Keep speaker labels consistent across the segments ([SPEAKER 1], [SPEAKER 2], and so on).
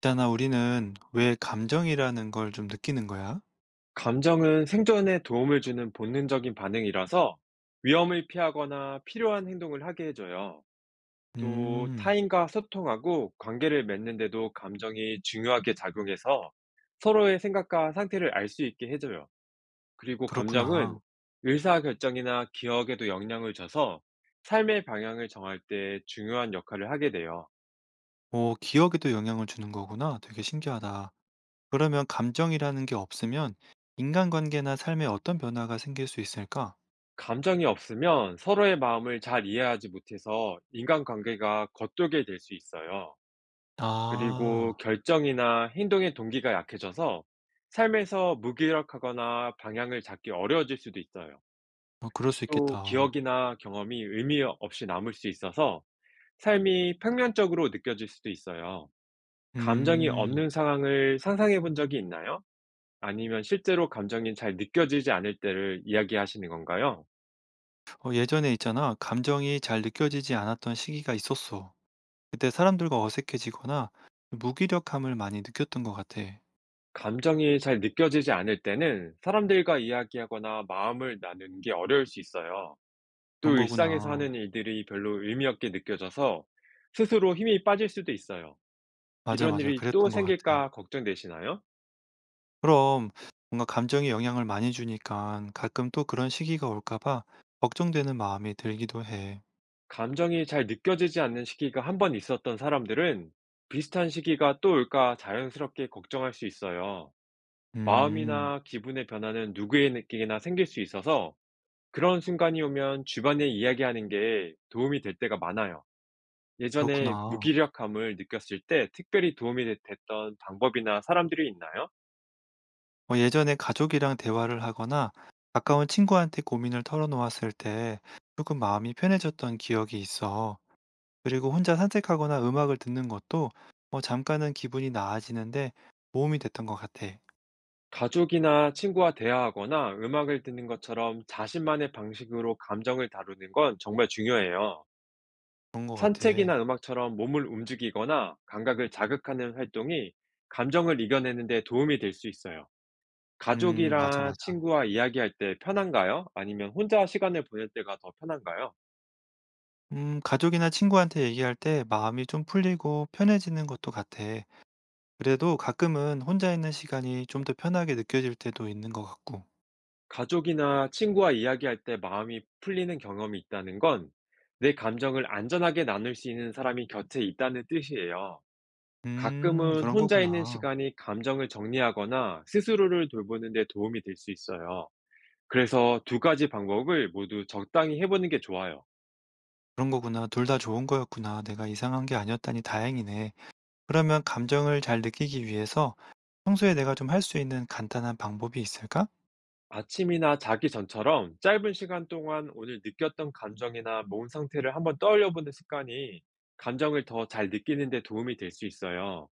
[SPEAKER 1] 있잖아, 우리는 왜 감정이라는 걸 좀 느끼는 거야?
[SPEAKER 2] 감정은 생존에 도움을 주는 본능적인 반응이라서 위험을 피하거나 필요한 행동을 하게 해줘요. 또
[SPEAKER 1] 음,
[SPEAKER 2] 타인과 소통하고 관계를 맺는데도 감정이 중요하게 작용해서 서로의 생각과 상태를 알 수 있게 해줘요. 그리고 감정은
[SPEAKER 1] 그렇구나.
[SPEAKER 2] 의사결정이나 기억에도 영향을 줘서 삶의 방향을 정할 때 중요한 역할을 하게 돼요.
[SPEAKER 1] 오, 기억에도 영향을 주는 거구나. 되게 신기하다. 그러면 감정이라는 게 없으면 인간관계나 삶에 어떤 변화가 생길 수 있을까?
[SPEAKER 2] 감정이 없으면 서로의 마음을 잘 이해하지 못해서 인간관계가 겉돌게 될 수 있어요.
[SPEAKER 1] 아,
[SPEAKER 2] 그리고 결정이나 행동의 동기가 약해져서 삶에서 무기력하거나 방향을 잡기 어려워질 수도 있어요.
[SPEAKER 1] 어, 그럴 수
[SPEAKER 2] 또
[SPEAKER 1] 있겠다.
[SPEAKER 2] 기억이나 경험이 의미 없이 남을 수 있어서 삶이 평면적으로 느껴질 수도 있어요. 감정이
[SPEAKER 1] 음,
[SPEAKER 2] 없는 상황을 상상해 본 적이 있나요? 아니면 실제로 감정이 잘 느껴지지 않을 때를 이야기하시는 건가요?
[SPEAKER 1] 어, 예전에 있잖아. 감정이 잘 느껴지지 않았던 시기가 있었어. 그때 사람들과 어색해지거나 무기력함을 많이 느꼈던 것 같아.
[SPEAKER 2] 감정이 잘 느껴지지 않을 때는 사람들과 이야기하거나 마음을 나누는 게 어려울 수 있어요.
[SPEAKER 1] 그런
[SPEAKER 2] 또 일상에서
[SPEAKER 1] 거구나.
[SPEAKER 2] 하는 일들이 별로 의미 없게 느껴져서 스스로 힘이 빠질 수도 있어요.
[SPEAKER 1] 맞아,
[SPEAKER 2] 이런
[SPEAKER 1] 맞아.
[SPEAKER 2] 일이 또
[SPEAKER 1] 그랬던 것 같아.
[SPEAKER 2] 생길까 걱정되시나요?
[SPEAKER 1] 그럼 뭔가 감정에 영향을 많이 주니까 가끔 또 그런 시기가 올까 봐 걱정되는 마음이 들기도 해.
[SPEAKER 2] 감정이 잘 느껴지지 않는 시기가 한 번 있었던 사람들은 비슷한 시기가 또 올까 자연스럽게 걱정할 수 있어요.
[SPEAKER 1] 음,
[SPEAKER 2] 마음이나 기분의 변화는 누구에게나 생길 수 있어서 그런 순간이 오면 주변에 이야기하는 게 도움이 될 때가 많아요. 예전에
[SPEAKER 1] 그렇구나.
[SPEAKER 2] 무기력함을 느꼈을 때 특별히 도움이 됐던 방법이나 사람들이 있나요?
[SPEAKER 1] 뭐 예전에 가족이랑 대화를 하거나 가까운 친구한테 고민을 털어놓았을 때 조금 마음이 편해졌던 기억이 있어. 그리고 혼자 산책하거나 음악을 듣는 것도 뭐 잠깐은 기분이 나아지는데 도움이 됐던 것 같아.
[SPEAKER 2] 가족이나 친구와 대화하거나 음악을 듣는 것처럼 자신만의 방식으로 감정을 다루는 건 정말 중요해요.
[SPEAKER 1] 그런 것 같아.
[SPEAKER 2] 산책이나 음악처럼 몸을 움직이거나 감각을 자극하는 활동이 감정을 이겨내는 데 도움이 될 수 있어요.
[SPEAKER 1] 맞아,
[SPEAKER 2] 가족이랑
[SPEAKER 1] 맞아.
[SPEAKER 2] 친구와 이야기할 때 편한가요? 아니면 혼자 시간을 보낼 때가 더 편한가요?
[SPEAKER 1] 가족이나 친구한테 얘기할 때 마음이 좀 풀리고 편해지는 것도 같아. 그래도 가끔은 혼자 있는 시간이 좀 더 편하게 느껴질 때도 있는 것 같고.
[SPEAKER 2] 가족이나 친구와 이야기할 때 마음이 풀리는 경험이 있다는 건 내 감정을 안전하게 나눌 수 있는 사람이 곁에 있다는 뜻이에요. 가끔은
[SPEAKER 1] 그런
[SPEAKER 2] 혼자 있는
[SPEAKER 1] 거구나.
[SPEAKER 2] 시간이 감정을 정리하거나 스스로를 돌보는 데 도움이 될 수 있어요. 그래서 두 가지 방법을 모두 적당히 해보는 게 좋아요.
[SPEAKER 1] 그런 거구나. 둘 다 좋은 거였구나. 내가 이상한 게 아니었다니 다행이네. 그러면 감정을 잘 느끼기 위해서 평소에 내가 좀 할 수 있는 간단한 방법이 있을까?
[SPEAKER 2] 아침이나 자기 전처럼 짧은 시간 동안 오늘 느꼈던 감정이나 몸 상태를 한번 떠올려보는 습관이 감정을 더 잘 느끼는 데 도움이 될 수 있어요.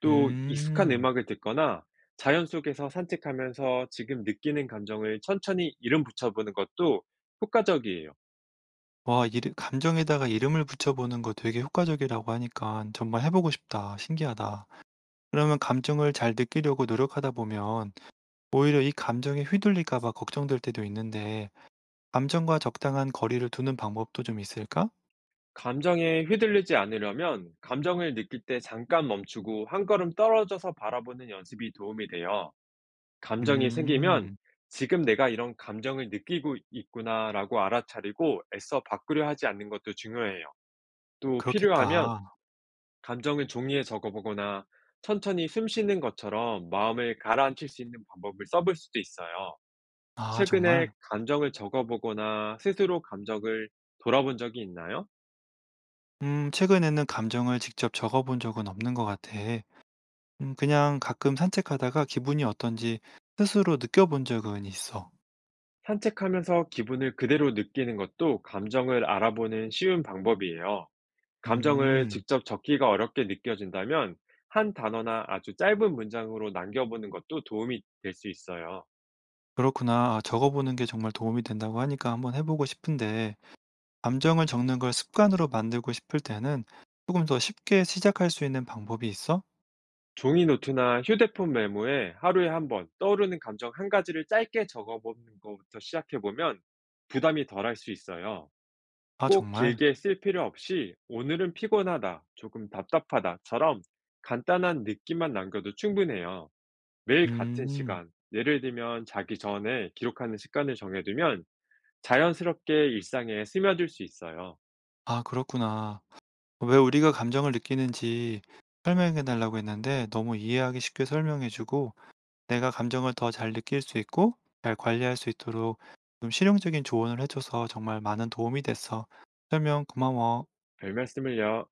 [SPEAKER 2] 또 익숙한
[SPEAKER 1] 음.
[SPEAKER 2] 음악을 듣거나 자연 속에서 산책하면서 지금 느끼는 감정을 천천히 이름 붙여보는 것도 효과적이에요.
[SPEAKER 1] 와 이르 감정에다가 이름을 붙여 보는 거 되게 효과적이라고 하니까 정말 해 보고 싶다. 신기하다. 그러면 감정을 잘 느끼려고 노력하다 보면 오히려 이 감정에 휘둘릴까 봐 걱정될 때도 있는데 감정과 적당한 거리를 두는 방법도 좀 있을까?
[SPEAKER 2] 감정에 휘둘리지 않으려면 감정을 느낄 때 잠깐 멈추고 한 걸음 떨어져서 바라보는 연습이 도움이 돼요. 감정이 생기면
[SPEAKER 1] 음.
[SPEAKER 2] 지금 내가 이런 감정을 느끼고 있구나라고 알아차리고 애써 바꾸려 하지 않는 것도 중요해요. 또 필요하면
[SPEAKER 1] 그렇겠다.
[SPEAKER 2] 감정을 종이에 적어보거나 천천히 숨 쉬는 것처럼 마음을 가라앉힐 수 있는 방법을 써볼 수도 있어요.
[SPEAKER 1] 아
[SPEAKER 2] 최근에
[SPEAKER 1] 정말?
[SPEAKER 2] 감정을 적어보거나 스스로 감정을 돌아본 적이 있나요?
[SPEAKER 1] 최근에는 감정을 직접 적어 본 적은 없는 것 같아. 그냥 가끔 산책하다가 기분이 어떤지 스스로 느껴본 적은 있어.
[SPEAKER 2] 산책하면서 기분을 그대로 느끼는 것도 감정을 알아보는 쉬운 방법이에요. 감정을
[SPEAKER 1] 음.
[SPEAKER 2] 직접 적기가 어렵게 느껴진다면 한 단어나 아주 짧은 문장으로 남겨보는 것도 도움이 될 수 있어요.
[SPEAKER 1] 그렇구나. 아 적어 보는 게 정말 도움이 된다고 하니까 한번 해 보고 싶은데 감정을 적는 걸 습관으로 만들고 싶을 때는 조금 더 쉽게 시작할 수 있는 방법이 있어?
[SPEAKER 2] 종이 노트나 휴대폰 메모에 하루에 한번 떠오르는 감정 한 가지를 짧게 적어보는 것부터 시작해보면 부담이 덜할 수 있어요.
[SPEAKER 1] 아
[SPEAKER 2] 꼭
[SPEAKER 1] 정말?
[SPEAKER 2] 길게 쓸 필요 없이 오늘은 피곤하다, 조금 답답하다처럼 간단한 느낌만 남겨도 충분해요. 매일 같은
[SPEAKER 1] 음.
[SPEAKER 2] 시간, 예를 들면 자기 전에 기록하는 습관을 정해두면 자연스럽게 일상에 스며들 수 있어요.
[SPEAKER 1] 아 그렇구나. 왜 우리가 감정을 느끼는지 설명해 달라고 했는데 너무 이해하기 쉽게 설명해 주고 내가 감정을 더 잘 느낄 수 있고 잘 관리할 수 있도록 좀 실용적인 조언을 해 줘서 정말 많은 도움이 됐어. 설명 고마워.
[SPEAKER 2] 별 말씀을요.